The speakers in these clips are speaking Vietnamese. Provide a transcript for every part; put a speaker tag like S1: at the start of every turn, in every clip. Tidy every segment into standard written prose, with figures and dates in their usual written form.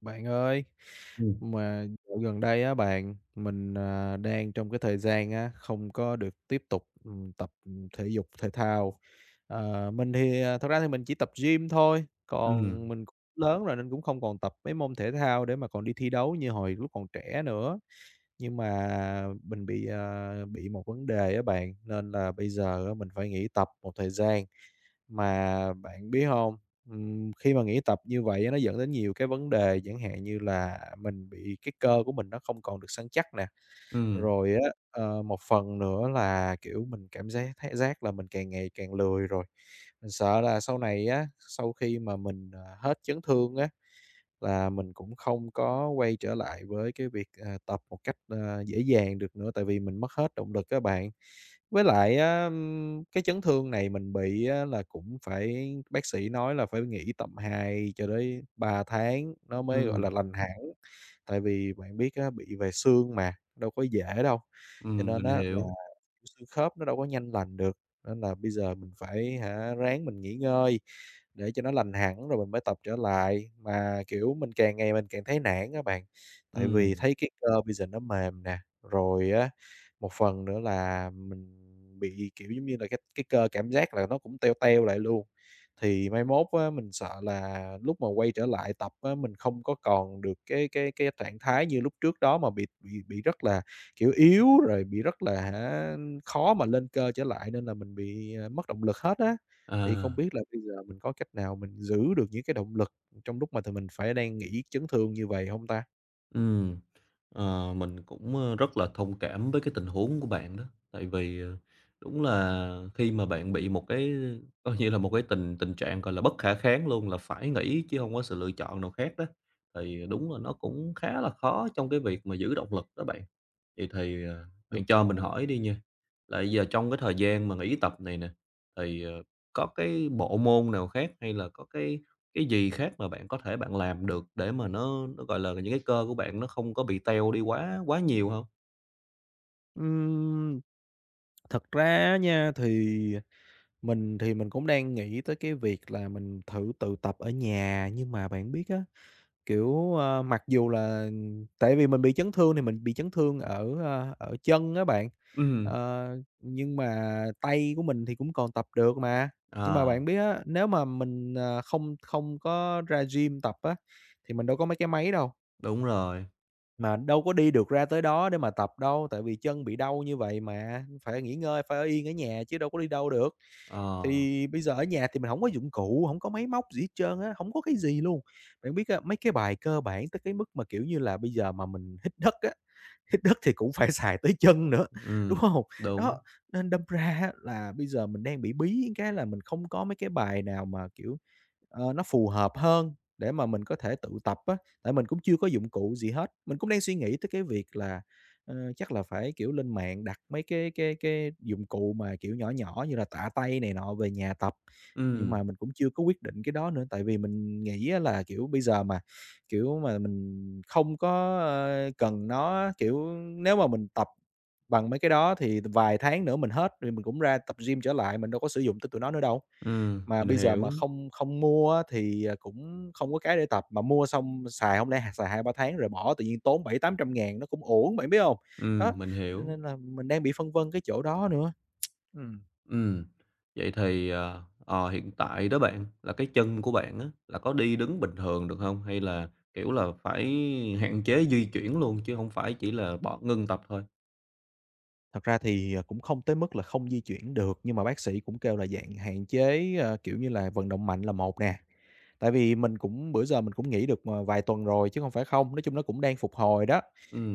S1: Bạn ơi,
S2: Ừm,
S1: mà dạo gần đây á bạn, mình, đang trong cái thời gian á, không có được tiếp tục, tập, thể dục thể thao. Mình thì, thật ra thì mình chỉ tập gym thôi, còn
S2: ừm,
S1: mình cũng lớn rồi nên cũng không còn tập mấy môn thể thao để mà còn đi thi đấu như hồi lúc còn trẻ nữa. Nhưng mà mình bị, bị một vấn đề á bạn, nên là bây giờ á mình phải nghỉ tập một thời gian. Mà bạn biết không? Khi mà nghỉ tập như vậy á nó dẫn đến nhiều cái vấn đề, chẳng hạn như là mình bị cái cơ của mình nó không còn được săn chắc nè,
S2: ừm,
S1: rồi á, một phần nữa là, kiểu, mình cảm giác thấy giác là mình càng ngày càng lười rồi. Mình sợ là sau này á, sau khi mà mình, hết chấn thương á là mình cũng không có quay trở lại với cái việc, tập một cách, dễ dàng được nữa, tại vì mình mất hết động lực các bạn. Với lại á, cái chấn thương này mình bị á là cũng phải bác sĩ nói là phải nghỉ tầm 2 cho đến 3 tháng nó mới, gọi
S2: ừm,
S1: là, lành hẳn, tại vì bạn biết á, bị về xương mà, đâu có dễ đâu. Cho nên
S2: mình
S1: á là
S2: hiểu.
S1: kiểu, xương khớp nó đâu có nhanh lành được, nên là bây giờ mình phải hả, ráng mình nghỉ ngơi để cho nó lành hẳn rồi mình mới tập trở lại. Mà, kiểu, mình càng ngày mình càng thấy nản các bạn, tại vì
S2: Ừm,
S1: thấy cái cơ bây giờ nó mềm nè, rồi á, một phần nữa là mình bị, kiểu, giống như là, cái cơ cảm giác là nó cũng teo teo lại luôn. Thì mai mốt á, mình sợ là lúc mà quay trở lại tập á, mình không có còn được cái trạng thái như lúc trước đó mà bị rất là, kiểu, yếu rồi bị rất là hả, khó mà lên cơ trở lại nên là mình bị, mất động lực hết á. Thì không
S2: à,
S1: biết là bây giờ mình có cách nào mình giữ được những cái động lực trong lúc mà tụi mình phải đang nghỉ chấn thương như vậy hông ta?
S2: ừm, mình cũng, rất là thông cảm với cái tình huống của bạn đó, tại vì, đúng là khi mà bạn bị một cái coi như là một cái tình tình trạng, gọi là, bất khả kháng luôn, là phải nghỉ chứ hông có sự lựa chọn nào khác đó, thì đúng là nó cũng khá là khó trong cái việc mà giữ động lực đó bạn. Vậy thì,
S1: Được.
S2: bạn cho mình hỏi đi nha, là giờ trong cái thời gian mà nghỉ tập này nè, thì, có cái bộ môn nào khác hay là có cái gì khác mà bạn có thể bạn làm được để mà nó, gọi là, những cái cơ của bạn nó không có bị teo đi quá quá nhiều không?
S1: Ừm, thật ra á nha, thì mình cũng đang nghĩ tới cái việc là mình thử tự tập ở nhà, nhưng mà bạn biết á, kiểu, mặc dù là tại vì mình bị chấn thương thì mình bị chấn thương ở, ở chân á bạn,
S2: Ừ,
S1: ờ, nhưng mà tay của mình thì cũng còn tập được mà. Nhưng mà
S2: ờ,
S1: bạn biết á, nếu mà mình, không không có ra gym tập á, thì mình đâu có mấy cái máy đâu.
S2: đúng rồi,
S1: Mà đâu có đi được ra tới đó để mà tập đâu, tại vì chân bị đau như vậy mà, phải nghỉ ngơi, phải ở yên ở nhà chứ đâu có đi đâu được.
S2: ờ,
S1: Thì bây giờ ở nhà thì mình không có dụng cụ, không có máy móc gì hết trơn á, không có cái gì luôn. Bạn biết á, mấy cái bài cơ bản tới cái mức mà, kiểu như là, bây giờ mà mình hít đất á, hít đất thì cũng phải xài tới chân nữa, đúng
S2: ừm,
S1: không?
S2: đúng,
S1: Đó, nên đâm ra á là bây giờ mình đang bị bí cái là mình không có mấy cái bài nào mà, kiểu, nó phù hợp hơn để mà mình có thể tự tập á, tại mình cũng chưa có dụng cụ gì hết. Mình cũng đang suy nghĩ tới cái việc là, chắc là phải, kiểu, lên mạng đặt mấy cái dụng cụ mà, kiểu, nhỏ nhỏ như là tạ tay này nọ về nhà tập, nhưng
S2: ừ,
S1: mà mình cũng chưa có quyết định cái đó nữa, tại vì mình nghĩ á là, kiểu, bây giờ mà kiểu mà mình không có, cần nó, kiểu, nếu mà mình tập bằng mấy cái đó thì vài tháng nữa mình hết thì mình cũng ra tập gym trở lại, mình đâu có sử dụng tới tụi nó nữa đâu. Mà
S2: mình
S1: bây giờ
S2: hiểu,
S1: mà không không mua á thì, cũng không có cái để tập, mà mua xong xài không lẽ xài hai ba tháng rồi bỏ tự nhiên tốn bảy tám trăm ngàn nó cũng uổng, bạn biết không?
S2: ừ,
S1: Đó,
S2: mình
S1: cho
S2: hiểu.
S1: nên là mình đang bị phân vân cái chỗ đó nữa. Ừm,
S2: Ừm, vậy thì, hiện tại đó bạn, là cái chân của bạn á, là có đi đứng bình thường được không? Hay là, kiểu là, phải hạn chế di chuyển luôn chứ không phải chỉ là bỏ ngưng tập thôi?
S1: thật ra thì, cũng không tới mức là không di chuyển được, nhưng mà bác sĩ cũng kêu là dạng hạn chế, kiểu như là, vận động mạnh là một nè. Tại vì mình cũng bữa giờ mình cũng nghỉ được, vài tuần rồi chứ không phải không, nói chung nó cũng đang phục hồi đó,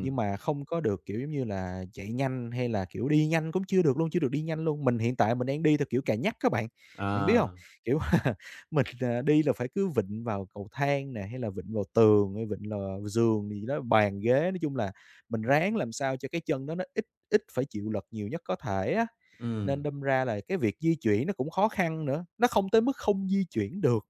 S1: nhưng mà không có được, kiểu, giống như là, chạy nhanh hay là, kiểu, đi nhanh cũng chưa được luôn, chưa được đi nhanh luôn. Mình hiện tại mình đang đi theo kiểu cà nhắc các bạn, bạn biết không?
S2: à,
S1: Kiểu, mình, đi là phải cứ vịn vào cầu thang nè, hay là vịn vào tường, hay vịn lò giường gì đó, bàn ghế, nói chung là mình ráng làm sao cho cái chân đó nó ít ít phải chịu lực nhiều nhất có thể á, nên
S2: ừm,
S1: đâm ra là cái việc di chuyển nó cũng khó khăn nữa, nó không tới mức không di chuyển được,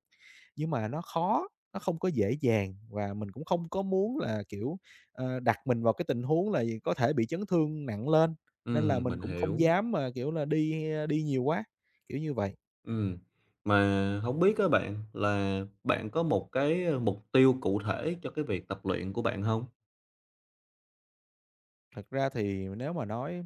S1: nhưng mà nó khó, nó không có dễ dàng và mình cũng không có muốn là, kiểu, đặt mình vào cái tình huống là có thể bị chấn thương nặng lên, nên là mình
S2: mình
S1: cũng không
S2: hiểu,
S1: dám mà, kiểu là, đi, đi nhiều quá, kiểu như vậy.
S2: ừm. Mà không biết các bạn, là bạn có một cái, mục tiêu cụ thể cho cái việc tập luyện của bạn không?
S1: Thật ra thì nếu mà nói,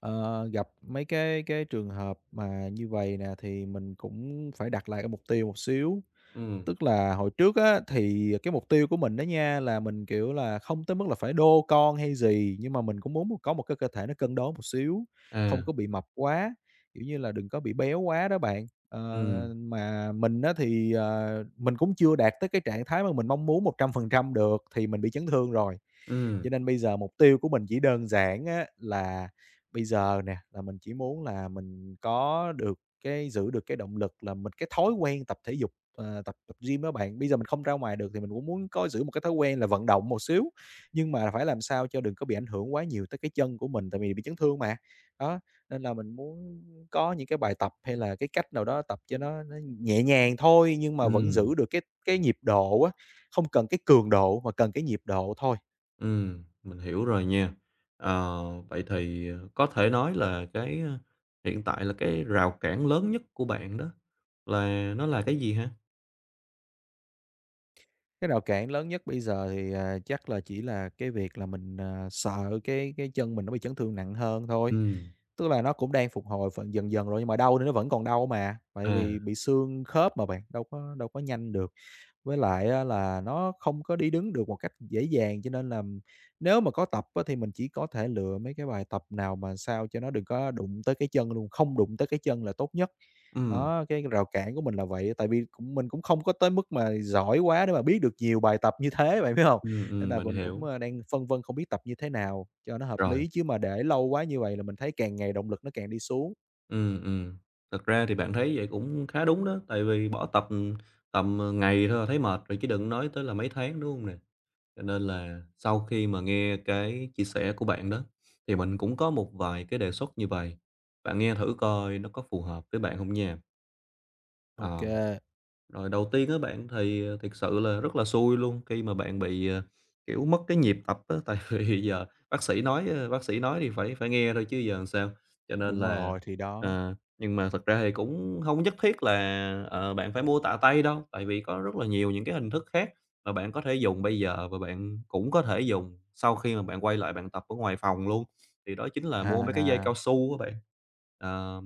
S1: ờ, gặp mấy cái trường hợp mà như vậy nè thì mình cũng phải đặt lại cái mục tiêu một xíu.
S2: Ừm,
S1: Tức là hồi trước á, thì cái mục tiêu của mình đó nha, là mình, kiểu là, không tới mức là phải đô con hay gì, nhưng mà mình cũng muốn có một cái cơ thể nó cân đối một xíu,
S2: à,
S1: không có bị mập quá, kiểu như là, đừng có bị béo quá đó bạn. Ờ,
S2: ừm,
S1: mà mình á, thì, mình cũng chưa đạt tới cái trạng thái mà mình mong muốn 100% được thì mình bị chấn thương rồi.
S2: ừm,
S1: Cho nên bây giờ mục tiêu của mình chỉ đơn giản á, là bây giờ nè, là mình chỉ muốn là mình có được cái giữ được cái động lực là mình cái thói quen tập thể dục, tập tập gym đó bạn. Bây giờ mình không ra ngoài được thì mình cũng muốn có giữ một cái thói quen là vận động một xíu, nhưng mà phải làm sao cho đừng có bị ảnh hưởng quá nhiều tới cái chân của mình, tại vì bị chấn thương mà. Đó, nên là mình muốn có những cái bài tập hay là cái cách nào đó tập cho nó nhẹ nhàng thôi, nhưng mà vẫn
S2: ừm.
S1: giữ được cái nhịp độ á, không cần cái cường độ mà cần cái nhịp độ thôi.
S2: Mình hiểu rồi nha. Ờ, Vậy thì, có thể nói là cái, hiện tại là cái rào cản lớn nhất của bạn đó là nó là cái gì hả?
S1: Cái rào cản lớn nhất bây giờ thì, chắc là chỉ là cái việc là mình, sợ cái chân mình nó bị chấn thương nặng hơn thôi.
S2: Ừm,
S1: Tức là nó cũng đang phục hồi phần dần dần rồi nhưng mà đau thì nó vẫn còn đau mà, tại
S2: à,
S1: vì bị xương khớp mà bạn, đâu có nhanh được. Với lại á là nó không có đi đứng được một cách dễ dàng, cho nên là nếu mà có tập á thì mình chỉ có thể lựa mấy cái bài tập nào mà sao cho nó đừng có đụng tới cái chân luôn, không đụng tới cái chân là tốt nhất.
S2: ừm,
S1: Đó, cái rào cản của mình là vậy, tại vì cũng mình cũng không có tới mức mà giỏi quá để mà biết được nhiều bài tập như thế, bạn biết không? Nên là
S2: mình
S1: mình
S2: hiểu,
S1: cũng, đang phân vân không biết tập như thế nào cho nó hợp
S2: rồi.
S1: lý, chứ mà để lâu quá như vậy là mình thấy càng ngày động lực nó càng đi xuống.
S2: Ừ. Thật ra thì bạn thấy vậy cũng khá đúng đó, tại vì bỏ tập, tầm, ngày thôi là thấy mệt rồi chứ đừng nói tới là mấy tháng, đúng không nè? Cho nên là sau khi mà nghe cái chia sẻ của bạn đó, thì mình cũng có một vài cái đề xuất như vậy. Bạn nghe thử coi nó có phù hợp với bạn không nha. Ờ.
S1: OK,
S2: Rồi đầu tiên á bạn thì, thiệt sự là rất là xui luôn khi mà bạn bị, kiểu, mất cái nhịp tập á, tại vì giờ bác sĩ nói thì phải phải nghe thôi chứ giờ làm sao. Cho nên
S1: đúng
S2: là
S1: rồi, thì đó.
S2: ờ, Nhưng mà thật ra thì cũng không nhất thiết là, bạn phải mua tạ tay đâu, tại vì có rất là nhiều những cái hình thức khác mà bạn có thể dùng bây giờ và bạn cũng có thể dùng sau khi mà bạn quay lại bạn tập ở ngoài phòng luôn. Thì đó chính là
S1: À,
S2: mua mấy cái dây
S1: à,
S2: cao su các bạn. Ờ,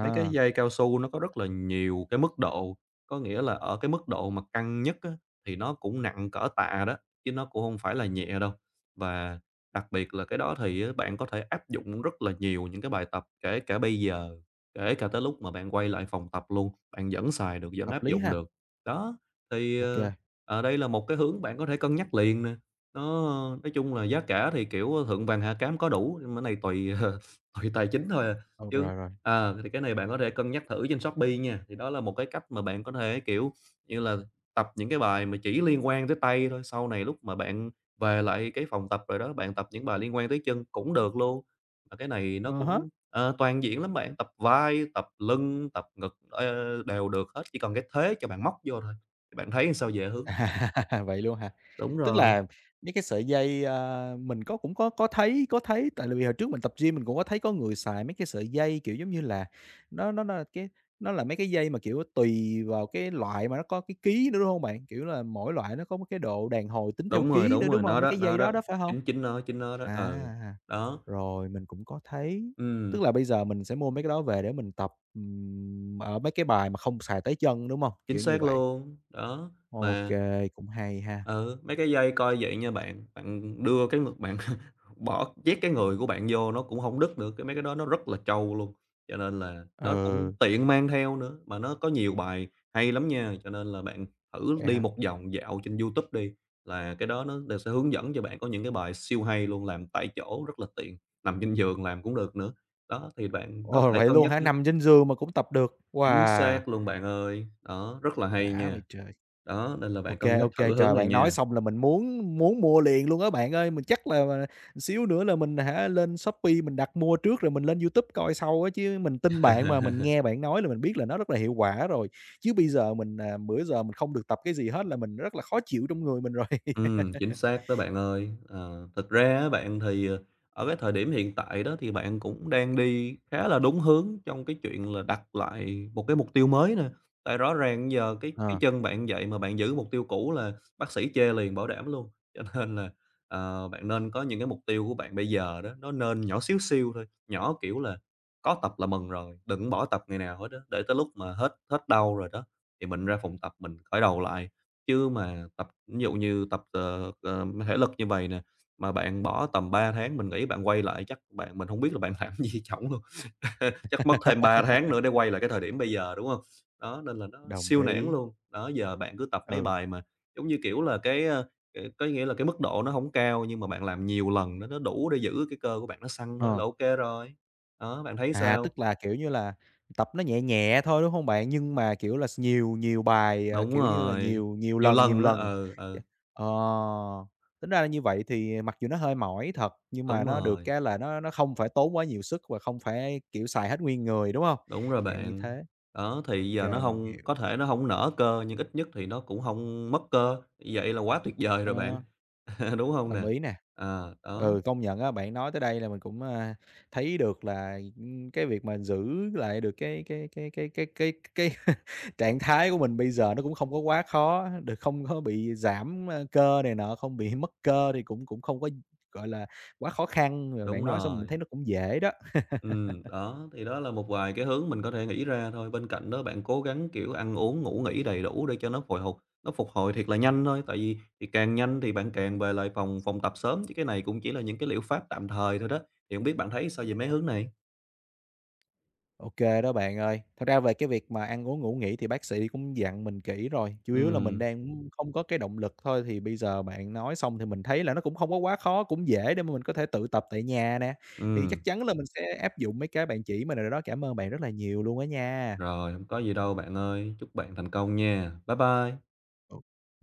S2: Mấy cái dây cao su nó có rất là nhiều cái mức độ, có nghĩa là ở cái mức độ mà căng nhất á, thì nó cũng nặng cỡ tạ đó, chứ nó cũng không phải là nhẹ đâu. Và đặc biệt là cái đó thì á, bạn có thể áp dụng rất là nhiều những cái bài tập kể cả bây giờ, kể cả tới lúc mà bạn quay lại phòng tập luôn, bạn vẫn xài được, vẫn
S1: hợp
S2: áp
S1: lý
S2: dụng
S1: ha.
S2: được. Đó, thì,
S1: OK.
S2: đây là một cái hướng bạn có thể cân nhắc liền nè. Nó nói chung là giá cả thì, kiểu, thượng vàng hạ cám có đủ, nhưng mà cái này tùy tùy tài chính thôi à.
S1: Ồ,
S2: Chứ
S1: rồi, rồi.
S2: thì cái này bạn có thể cân nhắc thử trên Shopee nha, thì đó là một cái cách mà bạn có thể, kiểu như là, tập những cái bài mà chỉ liên quan tới tay thôi, sau này lúc mà bạn về lại cái phòng tập rồi đó, bạn tập những bài liên quan tới chân cũng được luôn. Mà cái này nó
S1: Ờ há.
S2: cũng, toàn diện lắm bạn, tập vai, tập lưng, tập ngực, đều được hết, chỉ cần cái thế cho bạn móc vô thôi, thì bạn thấy sao về hướng này?
S1: À, vậy luôn hả?
S2: Đúng
S1: Tức
S2: rồi,
S1: là mấy cái sợi dây, mình có cũng có có thấy, tại vì hồi trước mình tập gym mình cũng có thấy có người xài mấy cái sợi dây, kiểu, giống như là, nó cái nó là mấy cái dây mà, kiểu, tùy vào cái loại mà nó có cái ký nữa, đúng không bạn? Kiểu là, mỗi loại nó có một cái độ đàn hồi tính theo
S2: đúng rồi,
S1: ký
S2: đúng
S1: nữa,
S2: rồi,
S1: đúng không? Mấy cái
S2: nó
S1: dây
S2: đó,
S1: đó đó, phải không?
S2: chính chính nó đó, ừ,
S1: À,
S2: đó,
S1: rồi mình cũng có thấy.
S2: ừm,
S1: Tức là bây giờ mình sẽ mua mấy cái đó về để mình tập, ở mấy cái bài mà không xài tới chân, đúng không?
S2: chính
S1: Kiểu như
S2: xác
S1: vậy.
S2: luôn, đó,
S1: OK,
S2: mà.
S1: cũng hay ha.
S2: Ừ, mấy cái dây coi vậy nha bạn, bạn đưa cái ngực bạn bỏ nhét cái người của bạn vô nó cũng không đứt được, cái mấy cái đó nó rất là trâu luôn, cho nên là nó cũng
S1: Ừ,
S2: tiện mang theo nữa, mà nó có nhiều bài hay lắm nha. Cho nên là bạn thử
S1: vậy
S2: đi
S1: hả?
S2: một vòng dạo trên YouTube đi, là cái đó nó đều sẽ hướng dẫn cho bạn có những cái bài siêu hay luôn, làm tại chỗ rất là tiện, nằm trên giường làm cũng được nữa. Đó, thì bạn có
S1: Ồ,
S2: thể
S1: vậy
S2: cân
S1: luôn
S2: nhắc
S1: hả?
S2: nữa.
S1: Nằm trên giường mà cũng tập được.
S2: Chính
S1: Wow,
S2: xác luôn bạn ơi, đó, rất là hay
S1: đã vậy
S2: nha.
S1: trời!
S2: Đó, nên là bạn
S1: OK,
S2: cân nhắc thử
S1: OK,
S2: hướng
S1: trời,
S2: này
S1: bạn
S2: nha.
S1: nói xong là mình muốn muốn mua liền luôn á bạn ơi. Mình chắc là xíu nữa là mình hả, lên Shopee mình đặt mua trước rồi mình lên YouTube coi sau á, chứ mình tin bạn mà, mình nghe bạn nói là mình biết là nó rất là hiệu quả rồi. Chứ bây giờ mình, bữa giờ mình không được tập cái gì hết là mình rất là khó chịu trong người mình rồi.
S2: Chính xác đó bạn ơi. Ờ, Thực ra á bạn thì, ở cái thời điểm hiện tại đó thì bạn cũng đang đi khá là đúng hướng trong cái chuyện là đặt lại một cái mục tiêu mới nè. Tại rõ ràng giờ cái
S1: Ờ.
S2: chân bạn vậy mà bạn giữ mục tiêu cũ là bác sĩ chê liền, bảo đảm luôn. Cho nên là, bạn nên có những cái mục tiêu của bạn bây giờ đó, nó nên nhỏ xíu xiu thôi, nhỏ kiểu là có tập là mừng rồi, đừng bỏ tập ngày nào hết á, để tới lúc mà hết hết đau rồi đó, thì mình ra phòng tập mình khởi đầu lại. Chứ mà ví dụ như tập, thể lực như vầy nè, mà bạn bỏ tầm 3 tháng mình nghĩ bạn quay lại chắc bạn mình không biết là bạn làm gì trỏng luôn, chắc mất thêm 3 tháng nữa để quay lại cái thời điểm bây giờ, đúng không? Đó, nên là nó
S1: Đồng
S2: siêu nản
S1: ý.
S2: luôn. Đó, giờ bạn cứ tập mấy
S1: Ừ,
S2: bài mà, giống như kiểu là, cái có nghĩa là cái mức độ nó không cao nhưng mà bạn làm nhiều lần nó đủ để giữ cái cơ của bạn nó săn thôi là
S1: ờ.
S2: ok rồi. Đó, bạn thấy
S1: À,
S2: sao?
S1: tức là, kiểu như là, tập nó nhẹ nhẹ thôi, đúng hông bạn? Nhưng mà, kiểu là, nhiều nhiều bài,
S2: Đúng
S1: kiểu như là,
S2: rồi,
S1: nhiều nhiều
S2: nhiều
S1: lần, nhiều
S2: lần á,
S1: lần.
S2: ờ
S1: Ch
S2: ừ,
S1: ờ, tính ra là như vậy thì mặc dù nó hơi mỏi thật, nhưng mà
S2: đúng
S1: nó được
S2: rồi.
S1: cái là nó không phải tốn quá nhiều sức và không phải, kiểu, xài hết nguyên người, đúng hông?
S2: Đúng rồi
S1: Dạng như
S2: bạn.
S1: thế,
S2: Đó,
S1: ô
S2: thì giờ nó
S1: kê, mình
S2: không
S1: hiểu.
S2: có thể nó không nở cơ, nhưng ít nhất thì nó cũng không mất cơ, vậy là quá tuyệt vời rồi bạn,
S1: Ờ.
S2: đúng không
S1: Đồng
S2: nè?
S1: ý nè.
S2: Đó,
S1: Ừ, công nhận á, bạn nói tới đây là mình cũng, thấy được là, cái việc mà giữ lại được cái trạng thái của mình bây giờ nó cũng không có quá khó, được không có bị giảm, cơ này nọ, không bị mất cơ thì cũng cũng không có, gọi là, quá khó khăn. Rồi
S2: đúng
S1: bạn nói xong mình
S2: rồi.
S1: thấy nó cũng dễ đó.
S2: Đó, thì đó là một vài cái hướng mình có thể nghĩ ra thôi. Bên cạnh đó bạn cố gắng, kiểu, ăn uống, ngủ nghỉ đầy đủ để cho nó phục hồi thiệt là nhanh thôi, tại vì thì càng nhanh thì bạn càng về lại phòng phòng tập sớm, chứ cái này cũng chỉ là những cái liệu pháp tạm thời thôi đó. Thì hổng biết bạn thấy sao về mấy hướng này?
S1: OK, đó bạn ơi. Thật ra về cái việc mà ăn uống, ngủ nghỉ thì bác sĩ cũng dặn mình kỹ rồi, chủ yếu là mình
S2: Ừm,
S1: đang không có cái động lực thôi. Thì bây giờ bạn nói xong thì mình thấy là nó cũng không có quá khó, cũng dễ để mà mình có thể tự tập tại nhà nè, thì
S2: ừm.
S1: chắc chắn là mình sẽ áp dụng mấy cái bạn chỉ mình rồi đó. Cảm ơn bạn rất là nhiều luôn á nha.
S2: Rồi, không có gì đâu bạn ơi. Chúc bạn thành công nha. Bye bye.